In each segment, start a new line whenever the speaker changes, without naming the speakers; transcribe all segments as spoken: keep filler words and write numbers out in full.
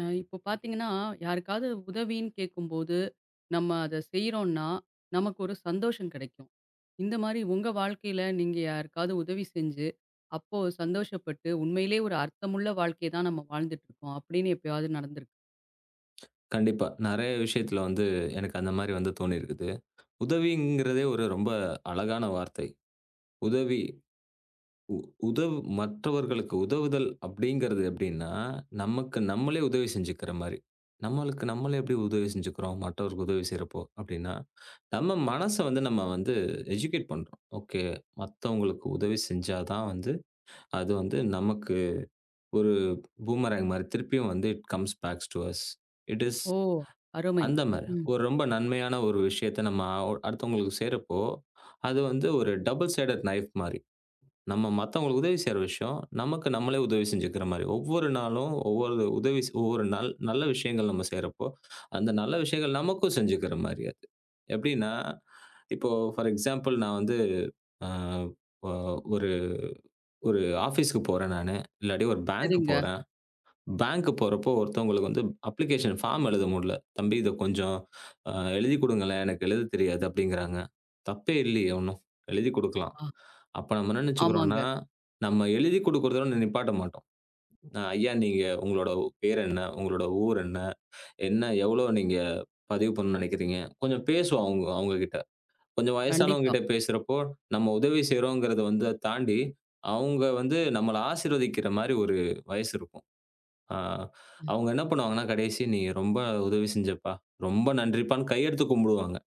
அஹ் இப்போ பார்த்தீங்கன்னா, யாருக்காவது உதவின்னு கேட்கும்போது, நம்ம அத செய்றோம்னா, நமக்கு ஒரு சந்தோஷம் கிடைக்கும். இந்த மாரி உங்க வாழ்க்கையில நீங்க யாருக்காவது உதவி செஞ்சு, அப்போ சந்தோஷப்பட்டு, உண்மையிலே ஒரு அர்த்தமுள்ள வாழ்க்கைய தான் நம்ம வாழ்ந்துட்டு இருக்கோம் அப்படின்னு எப்பயாவது நடந்திருக்கு?
கண்டிப்பா. நெறைய விஷயத்துல வந்து எனக்கு அந்த மாரி வந்து தோணியிருக்குது. உதவிங்கிறதே ஒரு ரொம்ப அழகான வார்த்தை. உதவி உதவு மற்றவர்களுக்கு உதவுதல் அப்படிங்கிறது எப்படின்னா, நமக்கு நம்மளே உதவி செஞ்சுக்கிற மாரி. நம்மளுக்கு நம்மளே எப்படி உதவி செஞ்சுக்கிறோம், மற்றவருக்கு உதவி செய்றப்போ அப்படின்னா, நம்ம மனச வந்து நம்ம வந்து எஜுகேட் பண்றோம். ஓகே, மத்தவங்களுக்கு உதவி செஞ்சா தான் வந்து அது வந்து நமக்கு ஒரு பூமராங் மாரி திருப்பியும் வந்து it comes backs to us. It is
ஓ! அருமை.
அந்த மாரி.
ம்.
ஒரு ரொம்ப நன்மையான ஒரு விஷயத்த நம்ம ஒ அடுத்தவங்களுக்கு செய்றப்போ, அது வந்து ஒரு டபுள் சைடட் நைஃப் மாரி. நம்ம மத்தவங்களுக்கு உதவி செய்ற விஷயம், நமக்கு நம்மளே உதவி செஞ்சுக்கிற மாரி. ஒவ்வொரு நாளும் ஒவ்வொரு உதவி செ ஒவ்வொரு நல் நல்ல விஷயங்கள் நம்ம செய்றப்போ, அந்த நல்ல விஷயங்கள் நமக்கும் செஞ்சுக்கிற மாரி அது. எப்டின்னா, இப்போ ஃபார் எக்ஸாம்பிள் நான் வந்து அ ஒ ஒரு ஒரு ஆஃபீஸ்க்கு போறேன் நானு, இல்லாட்டி ஒரு பேங்க்கு
சரிங்க.
போறேன். பேங்க்கு போறப்போ ஒருத்தவங்களுக்கு வந்து அப்ளிகேஷன் ஃபார்ம் எழுத முடியல. "தம்பி இத கொஞ்சம் அ எழுதிக் குடுங்களேன். எனக்கு எழுதத் தெரியாது" அப்படிங்கிறாங்க. தப்பே இல்லையே ஒண்ணும். எழுதிக் குடுக்கலாம்.
ஆ,
அப்ப நம்ம என்ன நினைச்சுக்கிறோம்ன்னா,
ஆமாங்க.
நம்ம எழுதிக் குடுக்குறதோட நிப்பாட்ட மாட்டோம். அ "ஐயா நீங்க உங்களோட பேர் என்ன? உங்களோட ஊர் என்ன? என்ன எவ்வளோ நீங்க பதிவு பண்ணணும்னு நினைக்கிறீங்க?" கொஞ்சம் பேசுவோம் அவங்க அவங்க கிட்ட. கொஞ்சம் வயசானவங்க
கண்டிப்பா.
கிட்ட பேசுறப்போ, நம்ம உதவி செய்றோங்கிறத வந்து தாண்டி, அவங்க வந்து நம்மள ஆசீர்வதிக்கிற மாரி ஒரு வயசு இருக்கும். ஆ.
ம்.
அவங்க என்ன பண்ணுவாங்கன்னா, கடைசி "நீங்க ரொம்ப உதவி செஞ்சப்பா. ரொம்ப நன்றிப்பான்னு" கையெடுத்து கும்பிடுவாங்க.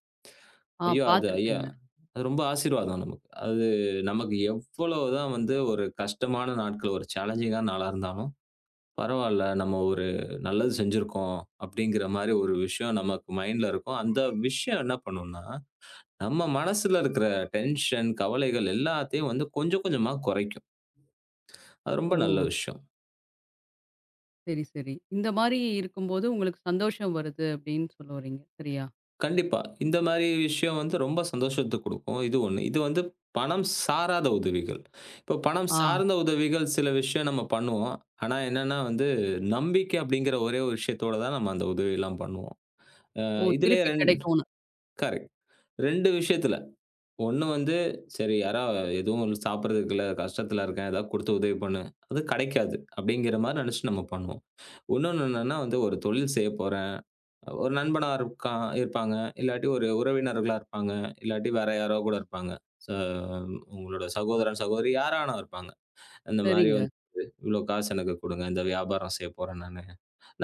ஆ,
ஐயோ! அது ஐயா
பார்த்துருக்கேங்க.
அது ரொம்ப ஆசீர்வாதம் நமக்கு. அது நமக்கு எவ்வளவுதான் வந்து ஒரு கஷ்டமான நாட்கள், ஒரு சேலஞ்சிங்கான நாளா இருந்தாலும், பரவால்ல நம்ம ஒரு நல்லது செஞ்சிருக்கோம் அப்படிங்கிற மாரி ஒரு விஷயம் நமக்கு மைண்ட்ல இருக்கும். அந்த விஷயம் என்ன பண்ணும்னா, நம்ம மனசுல இருக்கிற டென்ஷன், கவலைகள் எல்லாத்தையும் வந்து கொஞ்சம் கொஞ்சமா குறைக்கும். அது ரொம்ப
ஓ!
நல்ல விஷயம்.
சரி, சரி. இந்த மாரி இருக்கும்போது உங்களுக்கு சந்தோஷம் வருது அப்படின்னு சொல்ல வர்றீங்க. சரியா?
கண்டிப்பா. இந்த மாரி விஷயம் வந்து ரொம்ப சந்தோஷத்த குடுக்கும். இது ஒன்று. இது வந்து பணம் சாராத உதவிகள். இப்போ பணம்
ஆ.
சார்ந்த உதவிகள் சில விஷயம் நம்ம பண்ணுவோம். ஆனா என்னன்னா வந்து நம்பிக்கை அப்படிங்கிற ஒரே ஒரு விஷயத்தோட தான் நம்ம அந்த உதவியெல்லாம் பண்ணுவோம். அ
ஓ!
இதுலயே
திருப்பி
ரெண்
கிடைக்கும்னு.
கரெக்ட். ரெண்டு விஷயத்துல. ஒன்று வந்து சரி யாரா எதுவும் சாப்பிடுறதுக்கு இல்ல, கஷ்டத்துல இருக்கேன் ஏதாவது குடுத்து உதவி பண்ணு. அது கெடைக்காது அப்படிங்கிற மாரி நெனச்சு நம்ம பண்ணுவோம். இன்னொன்னு என்னன்னா வந்து ஒரு தொழில் செய்ய போறேன். ஒரு நண்பனா இருக்கான் இருப்பாங்க. இல்லாட்டி ஒரு உறவினர்களா இருப்பாங்க. இல்லாட்டி வேற யாரோ கூட இருப்பாங்க. ச உங்களோட சகோதரன், சகோதரி யாரானா இருப்பாங்க. இந்த மாரி
சரிங்க.
வந்து இவ்வளோ காசு எனக்கு குடுங்க. இந்த வியாபாரம் செய்ய போறேன் நானு.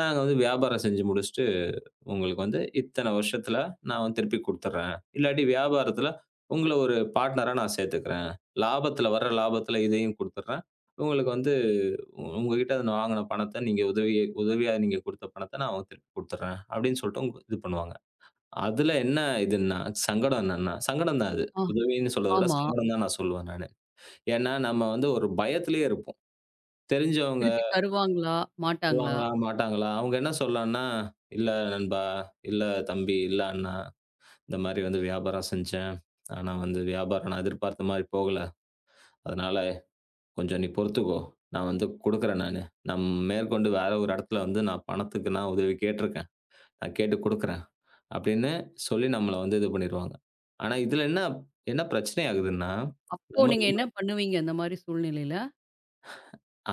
நாங்க வந்து வியாபாரம் செஞ்சு முடிச்சுட்டு, உங்களுக்கு வந்து இத்தன வருஷத்துல நான் வந்து திருப்பி குடுத்துர்றேன். இல்லாட்டி வியாபாரத்துல உங்கள ஒரு பார்ட்னரா நான் சேர்த்துக்கிறேன். லாபத்துல வர்ற லாபத்துல இதையும் குடுத்துர்றேன். உங்களுக்கு வந்து உ- உங்ககிட்ட நான் வாங்குன பணத்த நீங்க உதவி உதவியா நீங்க குடுத்த பணத்த நான் வந்து திருப்பி குடுத்துர்றேன். அப்படின்னு சொல்லிட்டு உங்க இது பண்ணுவாங்க. அதுல என்ன இதுன்னா, சங்கடம் என்னன்னா, சங்கடம் தான் அது.
ஆ,
உதவின்னு சொல்றத விட
ஆமா.
சங்கடம் தான் நான் சொல்லுவேன் நானு. ஏன்னா, நம்ம வந்து ஒரு பயத்திலேயே இருப்போம். தெரிஞ்சவங்க
திருப்பி தருவாங்களா? மாட்டாங்களா?
வருவாங்களா, மாட்டாங்களா? அவங்க என்ன சொல்லலாம்ன்னா, "இல்ல நண்பா, இல்ல தம்பி, இல்ல அண்ணா, இந்த மாரி வந்து வியாபாரம் செஞ்சேன். ஆனா வந்து வியாபாரம் நான் எதிர்பார்த்த மாரி போகல. அதனால கொஞ்சம் நீ பொறுத்துக்கோ. நான் வந்து குடுக்குறேன் நானு. நான் நம் மேற்கொண்டு வேற ஒரு இடத்துல வந்து நான் பணத்துக்கு நான் உதவி கேட்டிருக்கேன். நான் கேட்டு குடுக்குறேன். அப்படின்னு சொல்லி நம்மள வந்து இது பண்ணிருவாங்க. ஆனா இதுல என்ன என்ன பிரச்சனை ஆகுதுன்னா,
அப்போ
நம்ம
நீங்க என்ன பண்ணுவீங்க அந்த மாரி சூழ்நிலையில?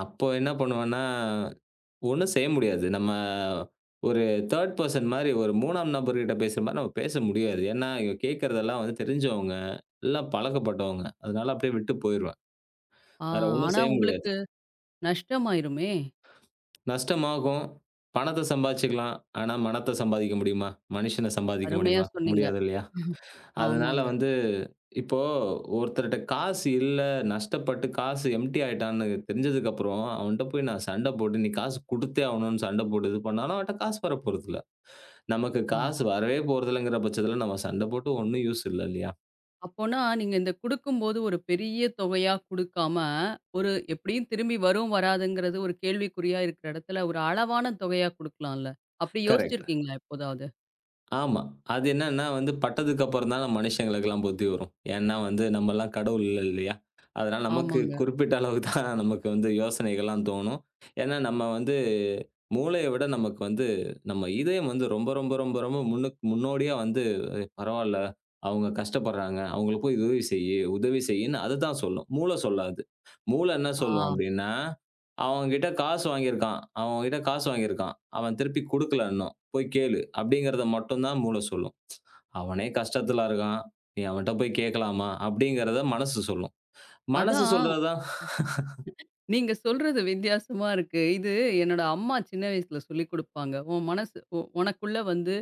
அப்போ என்ன பண்ணுவேன்னா, ஒண்ணும் செய்ய முடியாது. நம்ம ஒரு மூன்று பெர்சன் மாரி ஒரு 3ஆம் நபர்கிட்ட பேசுற மாரி நம்ம பேச முடியாது. ஏன்னா, இவங்க கேட்கிறதெல்லாம் வந்து தெரிஞ்சவங்க, எல்லாம் பழக்கப்பட்டவங்க. அதனால அப்படியே விட்டு போயிருவேன்.
ஆ,
வேற ஒண்ணும்
ஆனா
செய்ய முடியாது.
உங்களுக்கு நஷ்டமாயிருமே!
நஷ்டமாகும். பணத்த சம்பாதிச்சுக்கலாம். ஆனா, மனத்த சம்பாதிக்க முடியுமா? மனுஷன சம்பாதிக்க
அருமையா
முடியுமா?
சொன்னீங்க.
முடியாது இல்லையா? அதனால
ஆமாங்க.
வந்து இப்போ ஒருத்தர்ட்ட காசு இல்ல, நஷ்டப்பட்டு காசு எம்ப்டி ஆயிட்டான்னு தெரிஞ்சதுக்கப்புறம், அவன்ட்ட போய் நான் சண்ட போட்டு, "நீ காசு குடுத்தே ஆவணும்னு" சண்ட போட்டு இது பண்ணாலும், அவன்ட்ட காசு வரப்போறதில்ல. நமக்கு
ஆ,
காசு வரவே போறதில்லங்கிற பட்சத்தில நம்ம சண்ட போட்டு ஒண்ணும் யூஸ் இல்ல இல்லையா?
அப்போனா நீங்க இந்த குடுக்கும்போது ஒரு பெரிய தொகையா குடுக்காம, ஒரு எப்படியும் திரும்பி வரும், வராதுங்கிறது ஒரு கேள்விக்குறியா இருக்கிற இடத்துல, ஒரு அளவான தொகையா குடுக்கலாம்ல. அப்படி
கரெக்ட்.
யோசிச்சிருக்கீங்களா எப்போதாவது?
ஆமா. அது என்னன்னா வந்து பட்டதுக்கு அப்புறம் தான் நம்ம மனுஷங்களுக்கெல்லாம் புத்தி வரும். ஏன்னா வந்து நம்மலாம் கடவுள் இல்ல இல்லையா? அதனால நமக்கு
ஆமாங்க.
குறிப்பிட்ட அளவுக்கு தான் நமக்கு வந்து யோசனைகள்லாம் தோணும். ஏன்னா நம்ம வந்து மூளைய விட நமக்கு வந்து நம்ம இதயம் வந்து ரொம்ப ரொம்ப ரொம்ப ரொம்ப முன்னுக் முன்னோடியா வந்து பரவால்ல. அவங்க கஷ்டப்படுறாங்க. அவங்களுக்கு போய் உதவி செய்யி, உதவி செய்யின்னு அதுதான் சொல்லும். மூளை சொல்லாது. மூளை என்ன
ஆ,
சொல்லும் அப்டின்னா, அவன் கிட்ட காசு வாங்கியிருக்கான். அவன் கிட்ட காசு வாங்கியிருக்கான். அவன் திருப்பி குடுக்கல இன்னும். போய் கேளு. அப்டிங்கிறத மட்டும் தான் மூளை சொல்லும். அவனே கஷ்டத்துல இருக்கான். நீ அவன்ட்ட போய் கேட்கலாமா? அப்டிங்கிறத மனசு சொல்லும். மனசு
அதான்
சொல்றது தான்
நீங்க சொல்றது வித்தியாசமா இருக்கு. இது என்னோட அம்மா சின்ன வயசுல சொல்லிக் குடுப்பாங்க. உன் மனசு உ உனக்குள்ள வந்து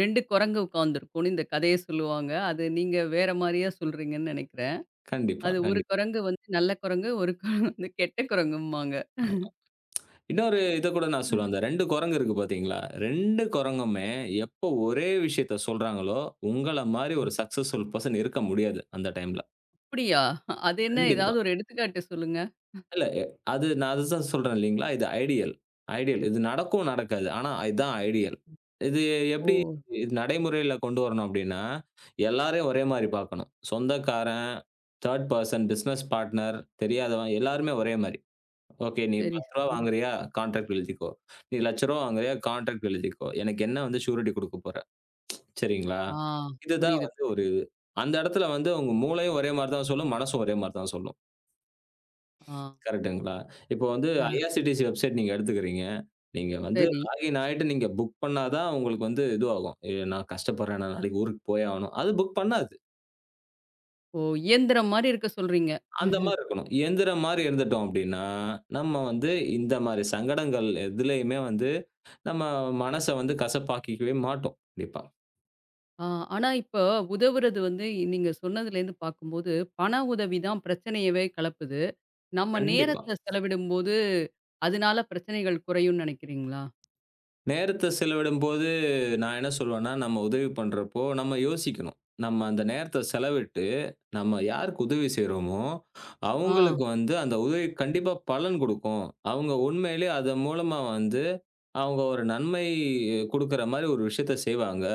ரெண்டு குரங்கு உட்காந்துருக்கும்னு இந்த கதைய சொல்லுவாங்க. அது நீங்க வேற மாரியா சொல்றீங்கன்னு நெனைக்கிறேன்.
கண்டிப்பா,
அது ஒரு
கண்டிப்பா.
குரங்கு வந்து நல்ல குரங்கு, ஒரு குரங்கு வந்து கெட்ட குரங்கும்பாங்க.
இன்னொரு இத கூட நான் சொல்லுவேன். அந்த ரெண்டு குரங்கு இருக்கு பார்த்தீங்களா? ரெண்டு குரங்குமே எப்போ ஒரே விஷயத்த சொல்றாங்களோ, உங்கள மாரி ஒரு சக்சஸ்ஃபுல் பெர்சன் இருக்க முடியாது, அந்த டைம்ல.
அப்படியா? அது என்ன
கண்டிப்பா.
ஏதாவது ஒரு எடுத்துக்காட்டு சொல்லுங்க.
இல்ல எ அது நான் அதுதான் சொல்றேன் இல்லீங்களா? இது ஐடியல். ஐடியல். இது நடக்கும், நடக்காது. ஆனா இதான் ஐடியல். இது
ஓ!
எப்படி இது நடைமுறையில கொண்டு வரணும் அப்படின்னா, எல்லாரையும் ஒரே மாரி பார்க்கணும். சொந்தக்காரன், த்ரீ பெர்சன், பிசினஸ் பார்ட்னர், தெரியாதவன் எல்லாருமே ஒரே மாரி. ஓகே. நீ ரூ.
சரி,
பத்து
சரி.
வாங்குறியா? கான்ட்ராக்ட் எழுதிக்கோ. நீ ரூ. ஒரு லட்சம் வாங்குறியா? கான்ட்ராக்ட் எழுதிக்கோ. எனக்கு என்ன வந்து ஷ்யூரிட்டி குடுக்க போற? சரிங்களா?
ஆ,
இதுதான்
புரியுது, புரியுது.
வந்து ஒரு அந்த இடத்துல வந்து உங்க மூளையும் ஒரே மாரி தான் சொல்லும். மனசும் ஒரே மாரி தான் சொல்லும்.
ஆ,
கரெக்ட்டுங்களா? இப்போ வந்து
ஆ,
ஐஆர்சிடிசி வெப்சைட் நீங்க எடுத்துக்கிறீங்க. நீங்க வந்து
சரி.
லாகின் ஆயிட்டு நீங்க புக் பண்ணா தான் உங்களுக்கு வந்து இதுவாகும். எ நான் கஷ்டப்படுறேன். நான் நாளைக்கு ஊருக்கு போயே ஆகணும். அது புக் பண்ணாது.
ஓ! இயந்திரம் மாரி இருக்க சொல்றீங்க.
அந்த மாரி இருக்கணும். இயந்திரம் மாரி இருந்துட்டோம் அப்டின்னா, நம்ம வந்து இந்த மாரி சங்கடங்கள் எதுலயுமே வந்து நம்ம மனச வந்து கசப்பாக்கிக்கவே மாட்டோம். கண்டிப்பா,
ஆ, ஆனா இப்ப உதவுறது வந்து நீங்க சொன்னதுலேருந்து பார்க்கும்போது, பண உதவி தான் பிரச்சனையவே கெளப்புது. நம்ம
கண்டிப்பா.
நேரத்த செலவிடும்போது, அதனால பிரச்சனைகள் குறையும்னு நெனைக்கிறீங்களா?
நேரத்த செலவிடும்போது நான் என்ன சொல்வேன்னா, நம்ம உதவி பண்றப்போ நம்ம யோசிக்கணும். நம்ம அந்த நேரத்த செலவிட்டு, நம்ம யாருக்கு உதவி செய்றோமோ,
ஆ,
அவங்களுக்கு வந்து அந்த உதவி கண்டிப்பா பலன் குடுக்கும். அவங்க உண்மையிலே அதன் மூலமா வந்து, அவங்க ஒரு நன்மை குடுக்குற மாரி ஒரு விஷயத்த செய்வாங்க.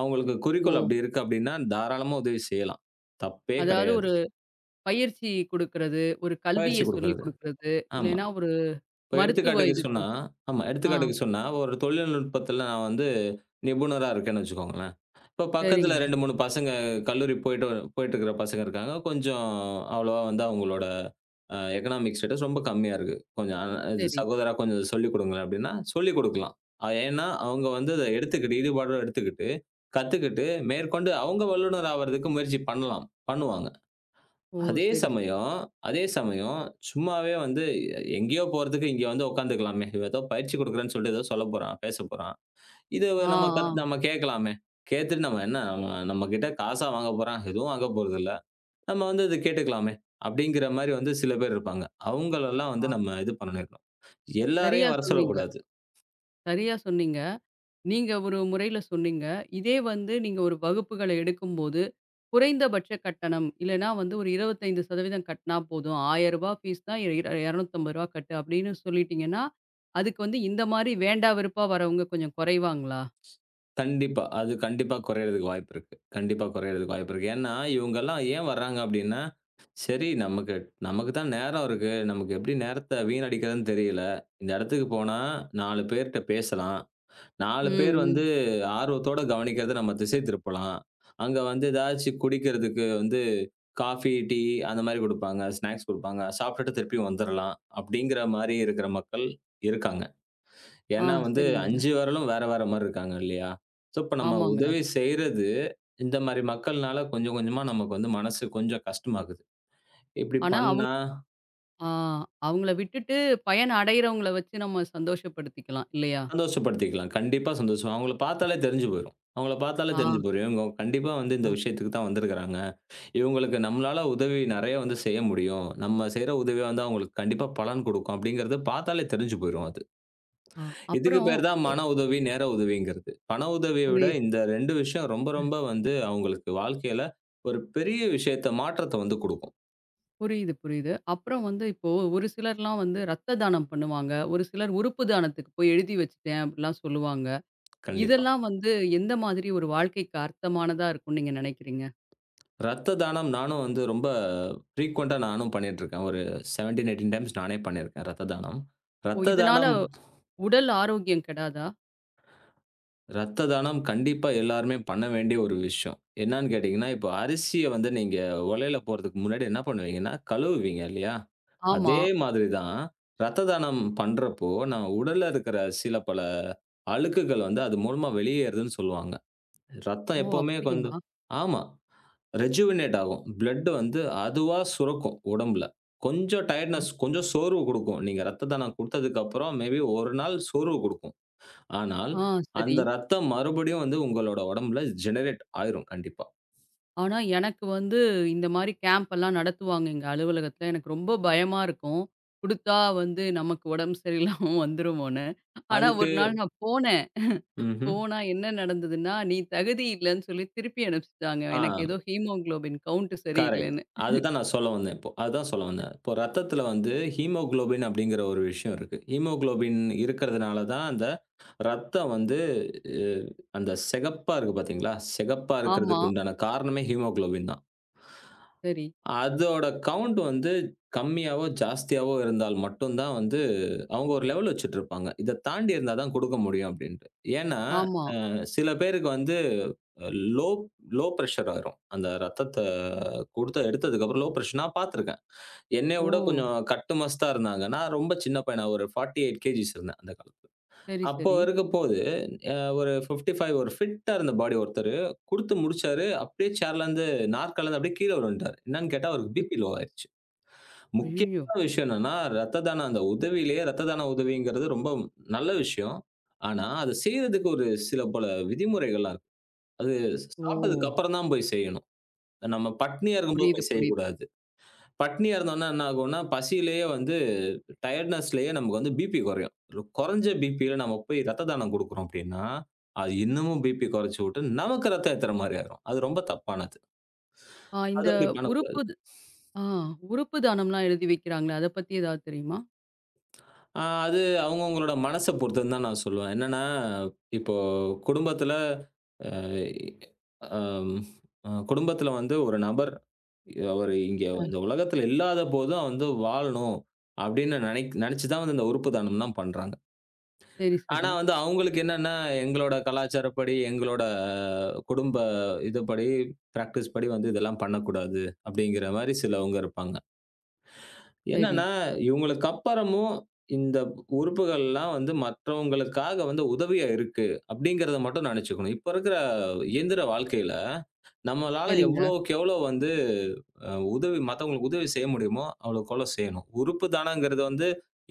அவங்களுக்கு
ஓ!
குறிக்கோள் அப்படி இருக்கு அப்படின்னா, தாராளமா உதவி செய்யலாம். தப்பே
அதாவது
கிடையாது.
ஒரு பயிற்சி குடுக்குறது, ஒரு கல்விய
பயிற்சி
சொல்லிக்
குடுக்குறது.
குடுக்குறது,
ஆமா.
இல்லைன்னா ஒரு
இப்ப
மருத்துவ
எடுத்துக்காட்டுக்கு
இதுக்கு
சொன்னா ஆமா,
ஆ,
எடுத்துக்காட்டுக்கு சொன்னா, ஒரு தொழில்நுட்பத்துல நான் வந்து நிபுணரா இருக்கேன்னு வச்சுக்கோங்களேன். இப்ப
சரிங்க,
பக்கத்துல ரெண்டு, மூணு பசங்க கல்லூரி போயிட்டு போயிட்டு இருக்கிற பசங்க இருக்காங்க. கொஞ்சம் அவ்வளவா வந்து அவங்களோட அ எக்கனாமிக் ஸ்டேட்டஸ் ரொம்ப கம்மியா இருக்கு. கொஞ்சம் அ இது
சரி.
சகோதரா கொஞ்சம் சொல்லிக் குடுங்களேன் அப்படின்னா, சொல்லிக் குடுக்கலாம். ஏன்னா, அவங்க வந்து அத எடுத்துக்கிட்டு ஈடுபாடோட எடுத்துக்கிட்டு, கத்துக்கிட்டு மேற்கொண்டு அவங்க வல்லுனர் ஆவறதுக்கு முயற்சி பண்ணலாம். பண்ணுவாங்க.
ஓ!
அதே
சரி, சரி.
சமயம் அதே சமயம் சும்மாவே வந்து எங்கேயோ போறதுக்கு இங்க வந்து உட்காந்துக்கலாமே. இவன் ஏதோ பயிற்சி குடுக்குறேன்னு சொல்லிட்டு ஏதோ சொல்லப் போறான், பேசப் போறான். இது
ஆ,
நம்ம
ஆ,
கத் நம்ம கேட்கலாமே. கேட்டுட்டு நம்ம என்ன நம்ம நம்மகிட்ட காசா வாங்கப் போறான். எதுவும் வாங்கப் போறதில்ல. நம்ம வந்து இத கேட்டுக்கலாமே! அப்படிங்கிற மாரி வந்து சில பேர் இருப்பாங்க. அவங்களெல்லாம் வந்து
ஆ.
நம்ம இது பண்ணிரணும்.
சரியா
எல்லாரையும் வரச்
சொன்னீங்க,
சொல்லக்கூடாது.
சரியா சொன்னீங்க. நீங்க ஒரு முறையில சொன்னீங்க. இதே வந்து நீங்க ஒரு வகுப்புகள எடுக்கும்போது, குறைந்தபட்ச கட்டணம் இல்லன்னா வந்து ஒரு இருபத்தி ஐந்து சதவீதம் கட்டினா போதும். ரூ. ஆயிரம் ஃபீஸ் தான் இர ரூ. இருநூத்தி ஐம்பது கட்டு அப்படின்னு சொல்லிட்டீங்கன்னா, அதுக்கு வந்து இந்த மாரி வேண்டா வெறுப்பா வரவங்க கொஞ்சம் குறைவாங்களா?
கண்டிப்பா. அது கண்டிப்பா குறையறதுக்கு வாய்ப்பு இருக்கு. கண்டிப்பா குறையறதுக்கு வாய்ப்பு இருக்கு. ஏன்னா, இவங்கலாம் ஏன் வர்றாங்க அப்டின்னா, சரி நமக்கு நமக்கு தான் நேரம் இருக்கு. நமக்கு எப்டி நேரத்த வீணடிக்கிறதுன்னு தெரியல. இந்த இடத்துக்கு போனா நாலு பேர்ட்ட பேசலாம். நாலு
ம்,
பேர்
ம்.
வந்து ஆர்வத்தோட கவனிக்கிறத நம்ம திசை திருப்பலாம். அங்க வந்து ஏதாச்சும் குடிக்கிறதுக்கு வந்து காஃபி, டீ அந்த மாரி குடுப்பாங்க. ஸ்நாக்ஸ் குடுப்பாங்க. சாப்ட்டுட்டு திருப்பி வந்துரலாம். அப்டிங்கிற மாரி இருக்கிற மக்கள் இருக்காங்க.
ஆ,
ஏன்னா வந்து
சரிங்க.
அஞ்சு விரலும் வேற, வேற மாரி இருக்காங்க இல்லையா? ஸோ, இப்ப நம்ம
ஆமாங்க.
உதவி செய்றது, இந்த மாரி மக்கள்னால கொஞ்சம் கொஞ்சமா நமக்கு வந்து மனசு கொஞ்சம் கஷ்டமாகுது. இப்படி
ஆனா அவங்க
பண்ணா
ஆ, அவங்கள விட்டுட்டு பயன் அடையறவங்கள வச்சு நம்ம சந்தோஷப்படுத்திக்கலாம் இல்லையா?
சந்தோஷப்படுத்திக்கலாம். கண்டிப்பா சந்தோஷம். அவங்கள பார்த்தாலே தெரிஞ்சு போயிரும். அவங்கள பார்த்தாலே
ஆ,
தெரிஞ்சு போயிரும். இவங்க கண்டிப்பா வந்து
ஆ,
இந்த விஷயத்துக்கு தான் வந்திருக்கிறாங்க. இவங்களுக்கு நம்மளால உதவி நெறைய வந்து செய்ய முடியும். நம்ம செய்ற உதவியா வந்து அவங்களுக்கு கண்டிப்பா பலன் குடுக்கும். அப்படிங்கிறது பார்த்தாலே தெரிஞ்சு போயிரும் அது.
ஆ.
இதுக்கு
அப்புறம்
பேர் தான் மன உதவி, நேர உதவிங்கிறது. பண உதவிய
ஒரு
விட இந்த ரெண்டு விஷயம் ரொம்ப ரொம்ப வந்து அவங்களுக்கு வாழ்க்கையில ஒரு பெரிய விஷயத்த மாற்றத்த வந்து குடுக்கும்.
புரியுது, புரியுது. அப்புறம் வந்து இப்போ ஒரு சிலர்லாம் வந்து ரத்த தானம் பண்ணுவாங்க. ஒரு சிலர் உறுப்பு தானத்துக்கு போய் எழுதி வச்சுட்டேன் அப்படிலாம் சொல்லுவாங்க.
கண்டிப்பா.
இதெல்லாம் வந்து எந்த மாதிரி ஒரு வாழ்க்கைக்கு அர்த்தமானதா இருக்கும்னு நீங்க நினைக்கிறீங்க?
ரத்த தானம் நானும் வந்து ரொம்ப ஃப்ரீக்வென்ட்டா நானும் பண்ணிட்டுருக்கேன். ஒரு பதினேழு, பதினெட்டு டைம்ஸ் நானே பண்ணியிருக்கேன் ரத்த தானம்.
ஓ!
ரத்த
இதனால
தானம்
உடல் ஆரோக்கியம் கெடாதா?
ரத்த தானம் கண்டிப்பா எல்லாருமே பண்ண வேண்டிய ஒரு விஷயம். என்னான்னு கேட்டீங்கன்னா, இப்போ அரிசிய வந்து நீங்க உலையில போடுறதுக்கு முன்னாடி என்ன பண்ணுவீங்கன்னா, கழுவுவீங்க இல்லையா?
ஆமா.
அதே மாதிரி தான், ரத்த தானம் பண்றப்போ, நம்ம உடல்ல இருக்கிற சில பல அழுக்குகள் வந்து அது மூலமா வெளியேறுதுன்னு சொல்லுவாங்க. ரத்தம்
ஓ!
எப்பவுமே
அப்படியா?
கொஞ்சம் ஆமா. ரெஜுவினேட் ஆகும். பிளட் வந்து அதுவா சுரக்கும் உடம்புல. கொஞ்சம்
அ.
டயர்ட்னஸ், கொஞ்சம் சோர்வு குடுக்கும். நீங்க ரத்த தானம் குடுத்ததுக்கு அப்புறம் மேபி ஒரு நாள் சோர்வு குடுக்கும். ஆனால்,
ஆ, சரி.
அந்த ரத்தம் மறுபடியும் வந்து உங்களோட உடம்புல ஜெனரேட் ஆயிரும் கண்டிப்பா.
ஆனா எனக்கு வந்து இந்த மாரி கேம்ப் எல்லாம் நடத்துவாங்க எங்க அலுவலகத்துல. எனக்கு ரொம்ப பயமா இருக்கும். குடுத்தா வந்து நமக்கு உடம்பு சரியில்லாம வந்துருமோன்னு. ஆனா
அதுக்கு
ஒரு நாள் நான் போனேன்.
ம்ஹ்ம்.
போனா என்ன நடந்ததுன்னா, "நீ தகுதி இல்லன்னு சொல்லி திருப்பி அனுப்பிச்சுட்டாங்க.
ஆ.
எனக்கு ஏதோ ஹீமோகுளோபின் கவுண்ட்
கரெக்ட்.
சரியில்லன்னு."
அதுதான் நான் சொல்ல வந்தேன் இப்போ. அதுதான் சொல்ல வந்தேன். இப்போ ரத்தத்தில வந்து ஹீமோகுளோபின் அப்படிங்கிற ஒரு விஷயம் இருக்கு. ஹீமோகுளோபின் இருக்கிறதுனால தான் அந்த ரத்தம் வந்து அ அந்த சிகப்பா இருக்கு பார்த்தீங்களா? சிகப்பா
ஆமா,
இருக்கிறதுக்கு உண்டான காரணமே ஹீமோகுளோபின் தான்.
சரி.
அதோட கவுண்ட் வந்து கம்மியாவோ, ஜாஸ்தியாவோ இருந்தால் மட்டும் தான் வந்து அவங்க ஒரு லெவல் வச்சுட்டு இருப்பாங்க. இத தாண்டி இருந்தா தான் குடுக்க முடியும் அப்படின்ட்டு. ஏன்னா,
ஆமா.
அ சில பேருக்கு வந்து லோ லோ பிரஷர் ஆயிரும். அந்த ரத்தத்த குடுத்து எடுத்ததுக்கப்புறம் லோ பிரஷர் நான் பார்த்துருக்கேன். என்னைய
ஓ!
விட கொஞ்சம் கட்டு மஸ்தா இருந்தாங்க. நான் ரொம்ப சின்ன பையனா ஒரு நாப்பத்தி எட்டு கேஜிஸ் இருந்தேன் அந்த காலத்துல.
சரி,
அப்போ
சரி.
இருக்கப்போது அ ஒரு ஐம்பத்தி ஐந்து ஒரு ஃபிட்டா இருந்த பாடி ஒருத்தரு குடுத்து முடிச்சாரு. அப்படியே சேர்லருந்து நாற்காலிலருந்து அப்படியே கீழ விழுந்துட்டாரு. என்னன்னு கேட்டா அவருக்கு பிபி லோ
அச்சச்சோ!
ஆயிருச்சு.
ஐயய்யோ!
முக்கியமான விஷயம் என்னன்னா, ரத்த தானம் அந்த உதவியிலேயே ரத்த தான உதவிங்கிறது ரொம்ப நல்ல விஷயம். ஆனா, அத செய்றதுக்கு ஒரு சில பல விதிமுறைகள்லாம் இருக்கு. அது
ஓ!
சாப்பிட்டதுக்கு அப்புறம் தான் போய் செய்யணும். நம்ம பட்னியா இருக்கும்போது
புரியுது,
போய்
புரியுது.
செய்யக்கூடாது. பட்னியா இருந்தோம்னா என்ன ஆகும்னா, பசியிலேயே வந்து டயர்ட்னஸ்லேயே நமக்கு வந்து பிபி குறையும். ஒரு குறைஞ்ச பிபியில நம்ம போய் ரத்த தானம் குடுக்குறோம் அப்படின்னா, அது இன்னமும் பிபி குறைச்சு விட்டு நமக்கு ரத்தம் ஏத்துற மாரி ஆயிரும். அது ரொம்ப தப்பானது.
ஆ, இந்த
அது அப்படி பண்ணக்கூடாது.
உறுப்பு த- ஆ உறுப்பு தானம்லாம் எழுதி வைக்கிறாங்களே, அத பத்தி ஏதாவது தெரியுமா?
அ அது அவங்கவங்களோட மனச பொறுத்ததுன்னு தான் நான் சொல்லுவேன். என்னன்னா, இப்போ குடும்பத்தில அ அம் அ குடும்பத்தில வந்து ஒரு நபர் அவர் இங்க
ஆ,
இந்த உலகத்தில இல்லாத போதும் வந்து வாழணும் அப்படின்னு நினைக் நினைச்சு தான் வந்து இந்த உறுப்பு தானம்லாம் பண்றாங்க.
சரி,
ஆனா
சரி,
வந்து அவங்களுக்கு என்னன்னா, எங்களோட கலாச்சாரப்படி, எங்களோட குடும்ப இதுபடி, பிராக்டிஸ் படி வந்து இதெல்லாம் பண்ணக்கூடாது. அப்படிங்கிற மாரி சிலவங்க இருப்பாங்க.
சரி,
என்னன்னா, இவங்களுக்கு அப்புறமும் இந்த உறுப்புகள்லாம் வந்து மற்றவங்களுக்காக வந்து உதவியா இருக்கு. அப்படிங்கிறத மட்டும் நெனச்சுக்கணும். இப்ப இருக்கிற இயந்திர வாழ்க்கையில, நம்மளால
சரிங்க.
எவ்வளோக்கு எவ்வளோ வந்து அ உதவி மத்தவங்களுக்கு உதவி செய்ய முடியுமோ, அவ்வளோக்கு அவ்வளோ செய்யணும். உறுப்பு தானங்கிறது வந்து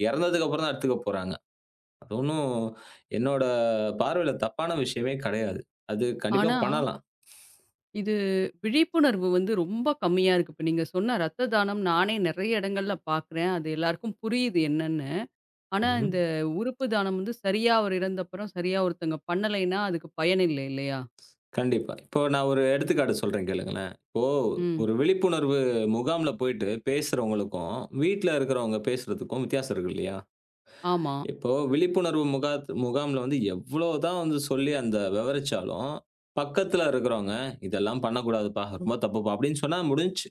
இறந்ததுக்கு அப்புறம் தான் எடுத்துக்க போறாங்க. அது ஒண்ணும் என்னோட பார்வையில தப்பான விஷயமே கிடையாது. அது கண்டிப்பா
ஆனா,
பண்ணலாம்.
இது விழிப்புணர்வு வந்து ரொம்ப கம்மியா இருக்கு. இப்ப நீங்க சொன்ன ரத்த தானம் நானே நெறைய இடங்கள்ல பார்க்குறேன். அது எல்லாருக்கும் புரியுது என்னன்னு. ஆனா,
ம்ஹ்ம்.
இந்த உறுப்பு தானம் வந்து சரியா அவர் இறந்தப்புறம் சரியா ஒருத்தங்க பண்ணலைன்னா, அதுக்கு பயன் இல்லை இல்லையா?
கண்டிப்பா. இப்போ நான் ஒரு எடுத்துக்காட்டு சொல்றேன் கேளுங்களேன். இப்போ
ம்.
ஒரு விழிப்புணர்வு முகாம்ல போயிட்டு பேசுறவங்களுக்கும், வீட்ல இருக்கிறவங்க பேசுறதுக்கும் வித்தியாசம் இருக்கு இல்லையா?
ஆமா.
இப்போ விழிப்புணர்வு முகாத் முகாம்ல வந்து எவ்வளோ தான் வந்து சொல்லி அந்த விவரிச்சாலும், பக்கத்துல இருக்கிறவங்க, "இதெல்லாம் பண்ணக்கூடாதுப்பா. ரொம்ப தப்புப்பா" அப்படின்னு சொன்னா முடிஞ்சுச்சு.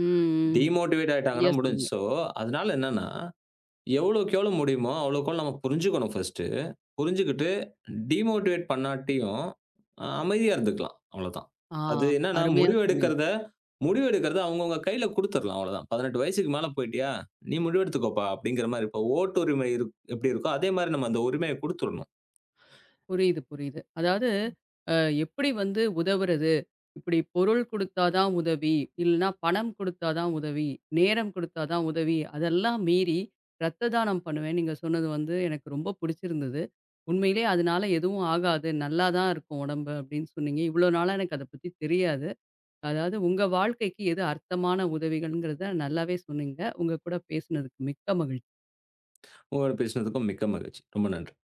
ம், ம்.
டிமோட்டிவேட்
சரியா
ஆயிட்டாங்கன்னா முடிஞ்சுச்சு.
சொன்னீங்க.
ஸோ, அதனால என்னன்னா, எவ்வளோக்கு எவ்வளோ முடியுமோ அவ்வளோக்கு அவ்வளோ நம்ம புரிஞ்சுக்கணும் ஃபர்ஸ்ட். புரிஞ்சுகிட்டு, டிமோட்டிவேட் பண்ணாட்டியும், அ அமைதியா இருந்துக்கலாம். அவ்வளதான்.
ஆ,
அது என்னன்னா,
அருமையா
முடிவு
சொன்னீங்க.
எடுக்கிறத முடிவு எடுக்கிறத அவங்கவங்க கையில குடுத்துறலாம். அவ்வளதான். பதினெட்டு வயசுக்கு மேல போயிட்டியா, நீ முடிவெடுத்துக்கோப்பா! அப்படிங்கிற மாரி. இப்போ ஓட்டு உரிமை இருக் எப்படி இருக்கோ, அதே மாரி நம்ம அந்த உரிமைய குடுத்துறணும்.
புரியுது, புரியுது. அதாவது அ, எப்படி வந்து உதவுறது? இப்படி பொருள் குடுத்தா தான் உதவி, இல்லனா பணம் குடுத்தா தான் உதவி, நேரம் குடுத்தா தான் உதவி, அதெல்லாம் மீறி ரத்த தானம் பண்ணுவேன். நீங்க சொன்னது வந்து எனக்கு ரொம்ப புடிச்சிருந்தது. உண்மையிலேயே அதனால எதுவும் ஆகாது. நல்லா தான் இருக்கும் உடம்பு அப்படின்னு சொன்னீங்க. இவ்வளோ நாளா எனக்கு அத பத்தி தெரியாது. அதாவது உங்க வாழ்க்கைக்கு எது அர்த்தமான உதவிகள்ங்கிறத நல்லாவே சொன்னீங்க. உங்க கூட பேசுனதுக்கு மிக்க மகிழ்ச்சி.
உங்களோட பேசினதுக்கும் மிக்க மகிழ்ச்சி. ரொம்ப நன்றி.